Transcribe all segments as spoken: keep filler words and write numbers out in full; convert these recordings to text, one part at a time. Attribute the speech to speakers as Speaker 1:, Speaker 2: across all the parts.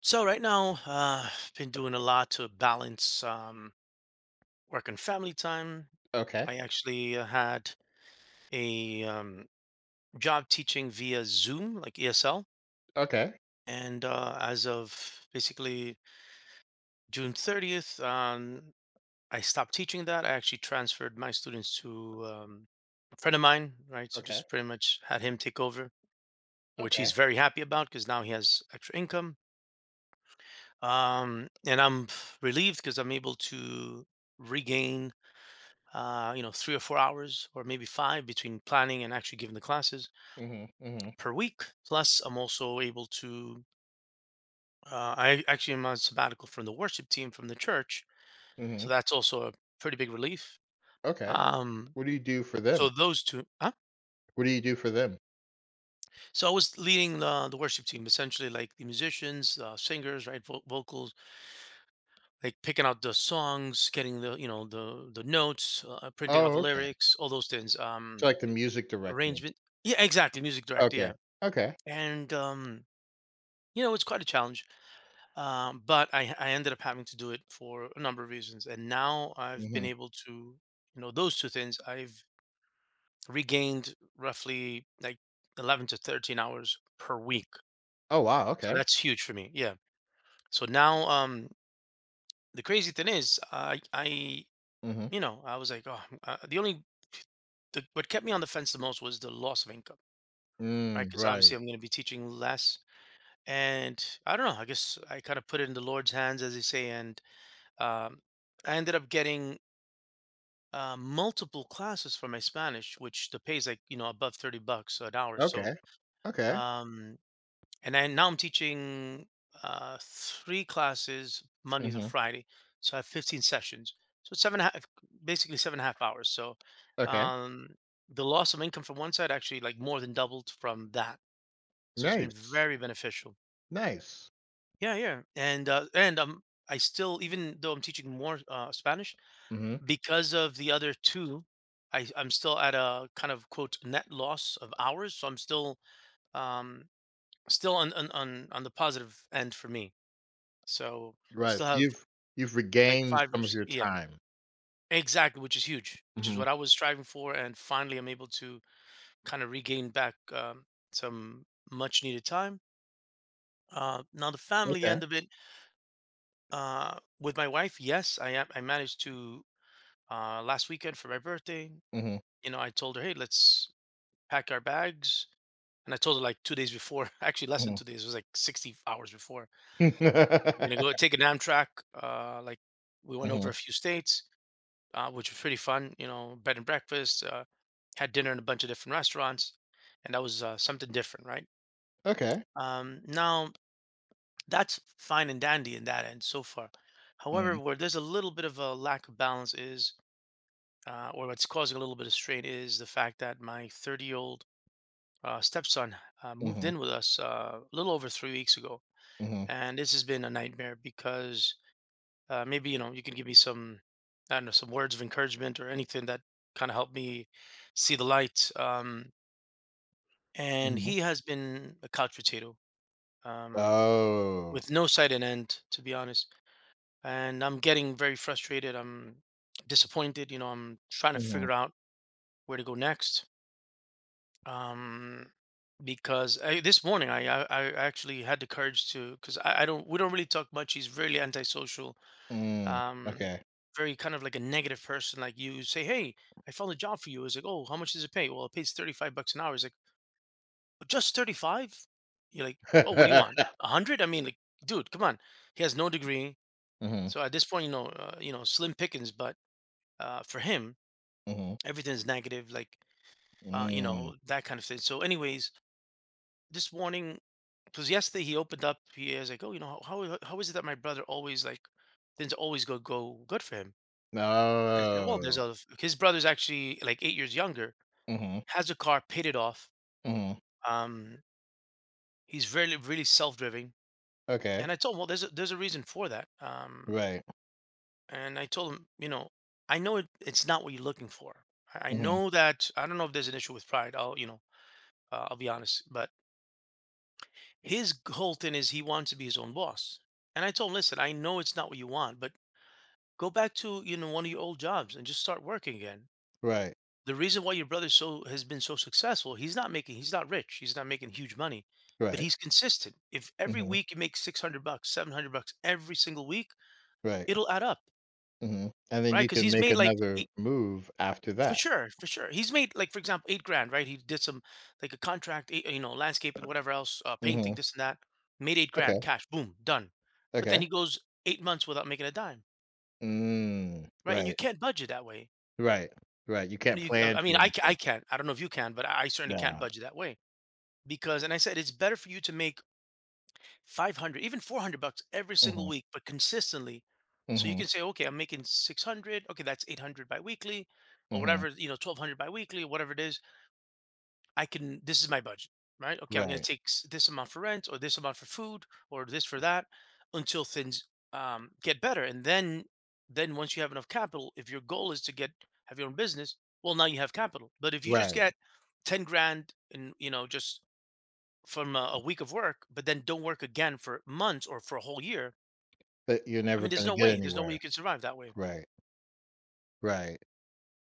Speaker 1: So right now, uh, been doing a lot to balance um, work and family time.
Speaker 2: Okay.
Speaker 1: I actually uh, had a um, job teaching via Zoom, like E S L,
Speaker 2: Okay.
Speaker 1: and uh, as of basically June thirtieth, um, I stopped teaching that. I actually transferred my students to um, a friend of mine, right? So
Speaker 2: Okay.
Speaker 1: just pretty much had him take over, which
Speaker 2: Okay.
Speaker 1: he's very happy about because now he has extra income. Um, and I'm relieved because I'm able to regain uh, you know, three or four hours or maybe five between planning and actually giving the classes
Speaker 2: Mhm. Mhm.
Speaker 1: per week. Plus, I'm also able to, uh, I actually am on sabbatical from the worship team from the church. So
Speaker 2: Mhm.
Speaker 1: that's also a pretty big relief.
Speaker 2: Okay.
Speaker 1: Um,
Speaker 2: What do you do for them?
Speaker 1: so those two, huh?
Speaker 2: What do you do for them?
Speaker 1: So I was leading the, the worship team, essentially like the musicians, uh, singers, right? Vo- vocals, like picking out the songs, getting the, you know, the, the notes, uh, printing out
Speaker 2: Oh,
Speaker 1: the
Speaker 2: okay.
Speaker 1: lyrics, all those things,
Speaker 2: So,
Speaker 1: um,
Speaker 2: like, the music director.
Speaker 1: arrangement. Yeah, exactly. Music director.
Speaker 2: Okay.
Speaker 1: Yeah.
Speaker 2: Okay.
Speaker 1: And, um, you know, it's quite a challenge, um, but I, I ended up having to do it for a number of reasons, and now I've been
Speaker 2: Mhm.
Speaker 1: able to, you know, those two things. I've regained roughly like eleven to thirteen hours per week,
Speaker 2: Oh, wow,
Speaker 1: so
Speaker 2: okay.
Speaker 1: that's huge for me. Yeah. So now, um, the crazy thing is, I, I,
Speaker 2: Mhm.
Speaker 1: you know, I was like, oh, uh, the only the, what kept me on the fence the most was the loss of income, right?
Speaker 2: Mm,
Speaker 1: Because obviously
Speaker 2: right.
Speaker 1: I'm going to be teaching less, and I don't know. I guess I kind of put it in the Lord's hands, as they say, and um, I ended up getting uh, multiple classes for my Spanish, which the pay is like you know above thirty bucks an hour. So,
Speaker 2: Okay. Okay.
Speaker 1: um, and I, now I'm teaching uh, three classes Monday to
Speaker 2: Mhm.
Speaker 1: Friday, so I have fifteen sessions. So it's seven and a half, basically seven and a half hours. So,
Speaker 2: Okay.
Speaker 1: um, the loss of income from one side actually like more than doubled from that. So it's been
Speaker 2: Nice.
Speaker 1: very beneficial.
Speaker 2: Nice.
Speaker 1: Yeah, yeah, and uh, and um, I still, even though I'm teaching more uh, Spanish,
Speaker 2: Mhm.
Speaker 1: because of the other two, I, I'm still at a kind of quote net loss of hours. So I'm still um still on on on, on the positive end for me. So I
Speaker 2: Right,
Speaker 1: still
Speaker 2: so
Speaker 1: have
Speaker 2: you've you've
Speaker 1: like
Speaker 2: regained
Speaker 1: five or
Speaker 2: some of
Speaker 1: s-
Speaker 2: your
Speaker 1: yeah.
Speaker 2: time.
Speaker 1: Exactly, which is huge, which is
Speaker 2: Mhm.
Speaker 1: what I was striving for, and finally I'm able to kind of regain back um, some much needed time. Uh, now the family
Speaker 2: Okay.
Speaker 1: end of it, uh, with my wife, yes, I am. I managed to, uh, last weekend for my birthday.
Speaker 2: Mhm.
Speaker 1: You know, I told her, hey, let's pack our bags. And I told her like two days before, actually less than
Speaker 2: Mhm.
Speaker 1: two days. It was like sixty hours before. We're gonna go take an Amtrak. Uh, like we went
Speaker 2: Mhm.
Speaker 1: over a few states, uh, which was pretty fun. You know, bed and breakfast. Uh, had dinner in a bunch of different restaurants, and that was uh, something different, right?
Speaker 2: Okay.
Speaker 1: Um, now that's fine and dandy in that end so far.
Speaker 2: Mhm.
Speaker 1: However, where there's a little bit of a lack of balance is, uh, or what's causing a little bit of strain is the fact that my thirty year old uh, stepson uh, moved
Speaker 2: Mhm.
Speaker 1: in with us uh, a little over three weeks ago,
Speaker 2: Mhm.
Speaker 1: and this has been a nightmare because, uh, maybe you know you can give me some, I don't know, some words of encouragement or anything that kind of helped me see the light. Um, and
Speaker 2: Mhm.
Speaker 1: he has been a couch potato, um,
Speaker 2: Oh.
Speaker 1: with no sight and end, to be honest. And I'm getting very frustrated. I'm disappointed. You know, I'm trying to
Speaker 2: Mhm.
Speaker 1: figure out where to go next. Um, because I, this morning I, I I actually had the courage to, because I, I don't we don't really talk much. He's really antisocial,
Speaker 2: Mm,
Speaker 1: um,
Speaker 2: okay.
Speaker 1: very kind of like a negative person. Like you say, hey, I found a job for you. It's like, oh, how much does it pay? Well, it pays thirty-five bucks an hour. He's like, "Oh, just thirty-five" You're like, oh, what do you want? one hundred? I mean, like, dude, come on. He has no degree.
Speaker 2: Mhm,
Speaker 1: So at this point, you know, uh, you know, slim pickings, but uh, for him,
Speaker 2: mhm,
Speaker 1: everything's negative, like, uh, you
Speaker 2: mm.
Speaker 1: know, that kind of thing. So anyways, this morning, because yesterday he opened up, he is like, oh, you know, how, how, how is it that my brother, always like, things always go, go good for him? Is it, well, there's
Speaker 2: Oh.
Speaker 1: a, his brother's actually, like, eight years younger,
Speaker 2: Mhm,
Speaker 1: has a car, paid it off.
Speaker 2: mhm,
Speaker 1: Um, he's really, really self-driven,
Speaker 2: okay.
Speaker 1: and I told him, "Well, there's a there's a reason for that." Um,
Speaker 2: Right,
Speaker 1: and I told him, you know, "I know it it's not what you're looking for. I I
Speaker 2: mhm,
Speaker 1: know that, I don't know if there's an issue with pride, I'll, you know, uh, I'll be honest, but his g whole thing is he wants to be his own boss." And I told him, "Listen, I know it's not what you want, but go back to, you know, one of your old jobs and just start working again.
Speaker 2: right,
Speaker 1: The reason why your brother so has been so successful, he's not making he's not rich, he's not making huge money, but
Speaker 2: right,
Speaker 1: he's consistent. If every
Speaker 2: mhm,
Speaker 1: week he makes six hundred bucks, seven hundred bucks every single week,
Speaker 2: right,
Speaker 1: it'll add up,
Speaker 2: mhm, and then
Speaker 1: right?
Speaker 2: you
Speaker 1: Cuz
Speaker 2: can
Speaker 1: he's
Speaker 2: make
Speaker 1: made like
Speaker 2: another
Speaker 1: eight,"
Speaker 2: move after
Speaker 1: for
Speaker 2: that.
Speaker 1: sure, for sure. He's made, like, for example, eight grand, right? He did some, like, a contract, eh, you know, landscaping, whatever else, uh, painting
Speaker 2: Mhm,
Speaker 1: this and that, made eight grand
Speaker 2: okay,
Speaker 1: cash, boom, done. But then
Speaker 2: okay.
Speaker 1: he goes eight months without making a dime,
Speaker 2: Mm,
Speaker 1: right? And
Speaker 2: right,
Speaker 1: you can't budget that way.
Speaker 2: right, right, you
Speaker 1: You
Speaker 2: can't
Speaker 1: know, you,
Speaker 2: plan
Speaker 1: I
Speaker 2: for
Speaker 1: mean, I, ca-
Speaker 2: anything.
Speaker 1: I can't. I don't know if you can, but I I certainly can't
Speaker 2: Nah.
Speaker 1: budget that way, because, and I said, it's better for you to make five hundred, even four hundred bucks every single
Speaker 2: Mhm,
Speaker 1: week, but consistently, so you
Speaker 2: mhm,
Speaker 1: can say, okay, I'm making six hundred, okay, that's eight hundred biweekly, or
Speaker 2: mhm,
Speaker 1: whatever, you know, twelve hundred biweekly, or whatever it is. I can, this is my budget, right? Okay, I'm going to
Speaker 2: right,
Speaker 1: take s- this amount for rent, or this amount for food, or this for that, until things um, get better, and then then once you have enough capital, if your goal is to get have your own business, well, now you have capital. But if you just
Speaker 2: right,
Speaker 1: get ten grand, and you know, just from a, a week of work, but then don't work again for months, or for a whole year.
Speaker 2: but you're
Speaker 1: I
Speaker 2: never
Speaker 1: mean, there's
Speaker 2: gonna
Speaker 1: no
Speaker 2: get
Speaker 1: way. There's no way
Speaker 2: anywhere.
Speaker 1: you can survive that way.
Speaker 2: Right, right.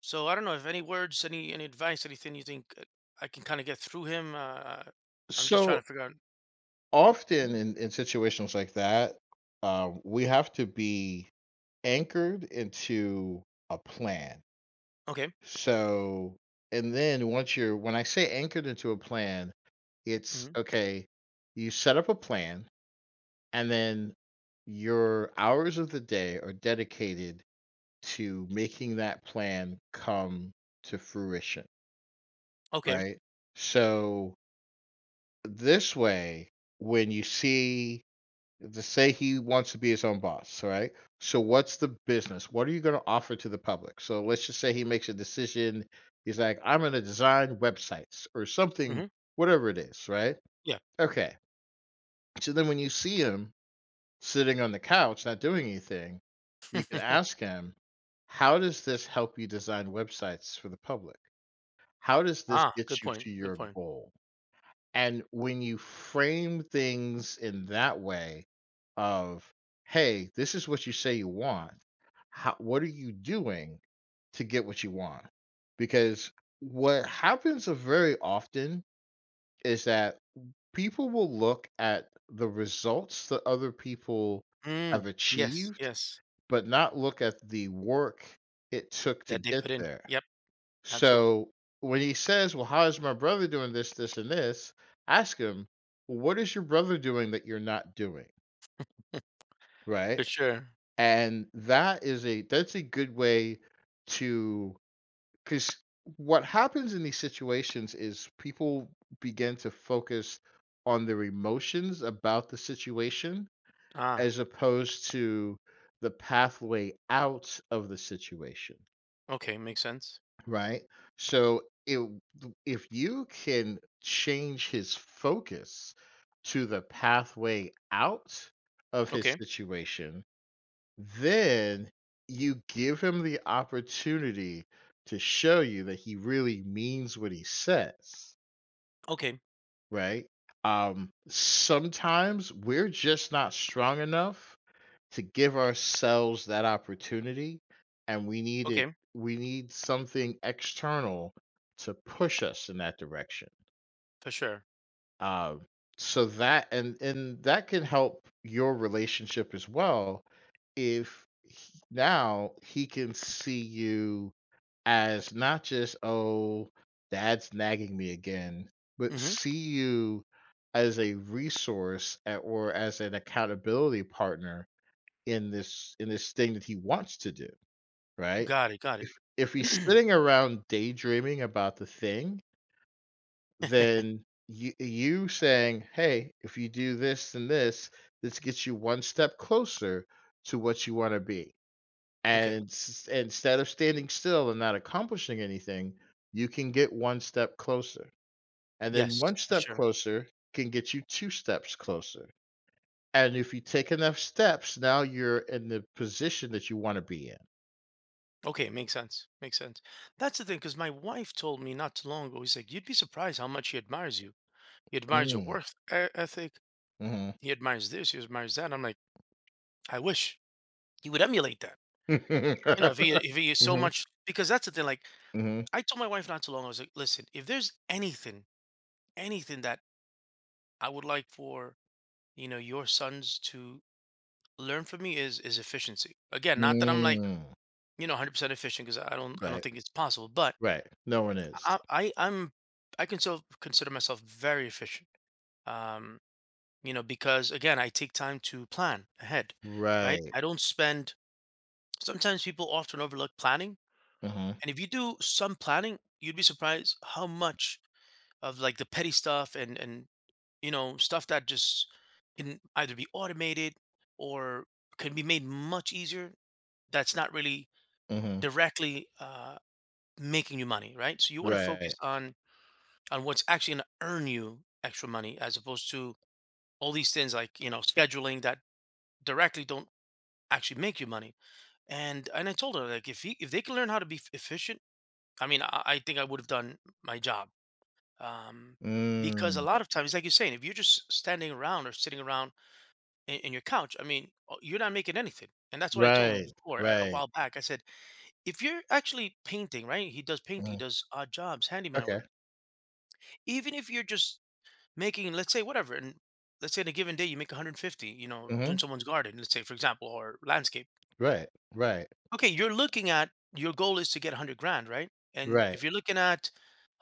Speaker 1: So I don't know if any words, any any advice, anything you think, uh, I can kind of get through him. Uh, I'm just trying
Speaker 2: So
Speaker 1: to figure out.
Speaker 2: often
Speaker 1: Mm.
Speaker 2: in, in situations like that, um, we have to be anchored into a plan.
Speaker 1: Okay.
Speaker 2: So, and then once you're, when I say anchored into a plan, it's
Speaker 1: Hmm.
Speaker 2: okay, you set up a plan and then your hours of the day are dedicated to making that plan come to fruition,
Speaker 1: Okay.
Speaker 2: right? So, this way, when you see to say he wants to be his own boss, right? So what's the business? What are you going to offer to the public? So let's just say he makes a decision. He's like, I'm going to design websites or something,
Speaker 1: Hmm.
Speaker 2: whatever it is, right?
Speaker 1: Yeah.
Speaker 2: Okay. So then when you see him sitting on the couch, not doing anything, you can ask him, how does this help you design websites for the public? How does this
Speaker 1: Ah,
Speaker 2: get
Speaker 1: good
Speaker 2: you to
Speaker 1: point. Good
Speaker 2: your
Speaker 1: point.
Speaker 2: goal? And when you frame things in that way of, "Hey, this is what you say you want. How what are you doing to get what you want?" Because what happens very often is that people will look at the results that other people have
Speaker 1: Mm, yes.
Speaker 2: achieved,
Speaker 1: Yes.
Speaker 2: but not look at the work it took to
Speaker 1: That they
Speaker 2: get
Speaker 1: put in.
Speaker 2: there.
Speaker 1: Yep. Absolutely.
Speaker 2: So when he says, well, how is my brother doing this, this, and this? Ask him, what is your brother doing that you're not doing? Right.
Speaker 1: For sure.
Speaker 2: And that is a that's a good way to because what happens in these situations is people begin to focus on their emotions about the situation
Speaker 1: Ah.
Speaker 2: as opposed to the pathway out of the situation.
Speaker 1: Okay. Makes sense.
Speaker 2: Right? So it, if you can change his focus to the pathway out of his
Speaker 1: Okay.
Speaker 2: situation, then you give him the opportunity to show you that he really means what he says,
Speaker 1: Okay.
Speaker 2: right? Um, sometimes we're just not strong enough to give ourselves that opportunity, and we need it
Speaker 1: Okay.
Speaker 2: we need something external to push us in that direction.
Speaker 1: For sure.
Speaker 2: Um, so that and and that can help your relationship as well if he- now he can see you as not just oh dad's nagging me again but
Speaker 1: Hmm.
Speaker 2: see you as a resource a- or as an accountability partner in this in this thing that he wants to do, right?
Speaker 1: Got it. Got it.
Speaker 2: If if he's sitting around daydreaming about the thing, then you you saying, "Hey, if you do this and this, this gets you one step closer to what you want to be."
Speaker 1: Okay.
Speaker 2: And s- instead of standing still and not accomplishing anything, you can get one step closer. And then
Speaker 1: Yes.
Speaker 2: one
Speaker 1: For
Speaker 2: step
Speaker 1: sure.
Speaker 2: closer can get you two steps closer. And if you take enough steps, now you're in the position that you want to be in.
Speaker 1: Okay, makes sense. Makes sense. That's the thing, because my wife told me not too long ago, he's like, you'd be surprised how much he admires you. He admires your
Speaker 2: Mm,
Speaker 1: worth e- ethic.
Speaker 2: mhm.
Speaker 1: He admires this. He admires that. I'm like, I wish he would emulate that.
Speaker 2: Mhm,
Speaker 1: You know, if he if he is so
Speaker 2: mhm.
Speaker 1: much, because that's the thing. Like, I told my wife not too long ago, I was like, listen, if there's anything, anything that I would like for, you know, your sons to learn from me, is is efficiency. Again, not that I'm like,
Speaker 2: Mm.
Speaker 1: you know, one hundred percent efficient, because I don't I
Speaker 2: Right,
Speaker 1: don't think it's possible, but
Speaker 2: right. No one is.
Speaker 1: I, I I'm I can still consider myself very efficient. Um, you know, because again, I take time to plan ahead, right?
Speaker 2: Right.
Speaker 1: I don't spend. Sometimes people often overlook planning,
Speaker 2: Mhm,
Speaker 1: and if you do some planning, you'd be surprised how much of, like, the petty stuff and and you know stuff that just can either be automated or can be made much easier. That's not really
Speaker 2: mhm.
Speaker 1: directly uh, making you money, right? So you want to focus
Speaker 2: Right.
Speaker 1: on on what's actually going to earn you extra money as opposed to all these things, like, you know, scheduling that directly don't actually make you money. and and I told her, like, if he, if they can learn how to be f- efficient, I mean, i, I think I would have done my job, um because a
Speaker 2: Mm.
Speaker 1: lot of times, like you're saying, if you're just standing around or sitting around in, in your couch, I mean, uh, you're not making anything. And that's what I told him
Speaker 2: Right,
Speaker 1: before, a, a
Speaker 2: right.
Speaker 1: while back, I said, if you're actually painting, right, he does painting, he
Speaker 2: Mm.
Speaker 1: does odd jobs, handyman
Speaker 2: Okay.
Speaker 1: work, even if you're just making, let's say, whatever, and let's say in a given day you make one hundred fifty, you know, doing
Speaker 2: Mhm.
Speaker 1: someone's garden, let's say, for example, or landscape.
Speaker 2: Right, right,
Speaker 1: Okay, you're looking at, your goal is to get one hundred grand, right? And
Speaker 2: right,
Speaker 1: if you're looking at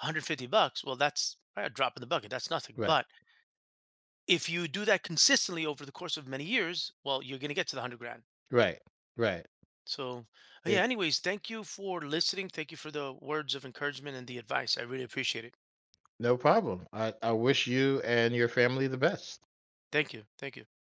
Speaker 1: one hundred fifty bucks, well that's probably a drop in the bucket, that's nothing,
Speaker 2: right,
Speaker 1: but if you do that consistently over the course of many years, well you're going to get to the one hundred grand.
Speaker 2: right, right.
Speaker 1: So, uh, yeah,
Speaker 2: It
Speaker 1: anyways, thank you for listening, thank you for the words of encouragement and the advice, I really appreciate it.
Speaker 2: no problem. I I wish you and your family the best.
Speaker 1: Thank you, thank you.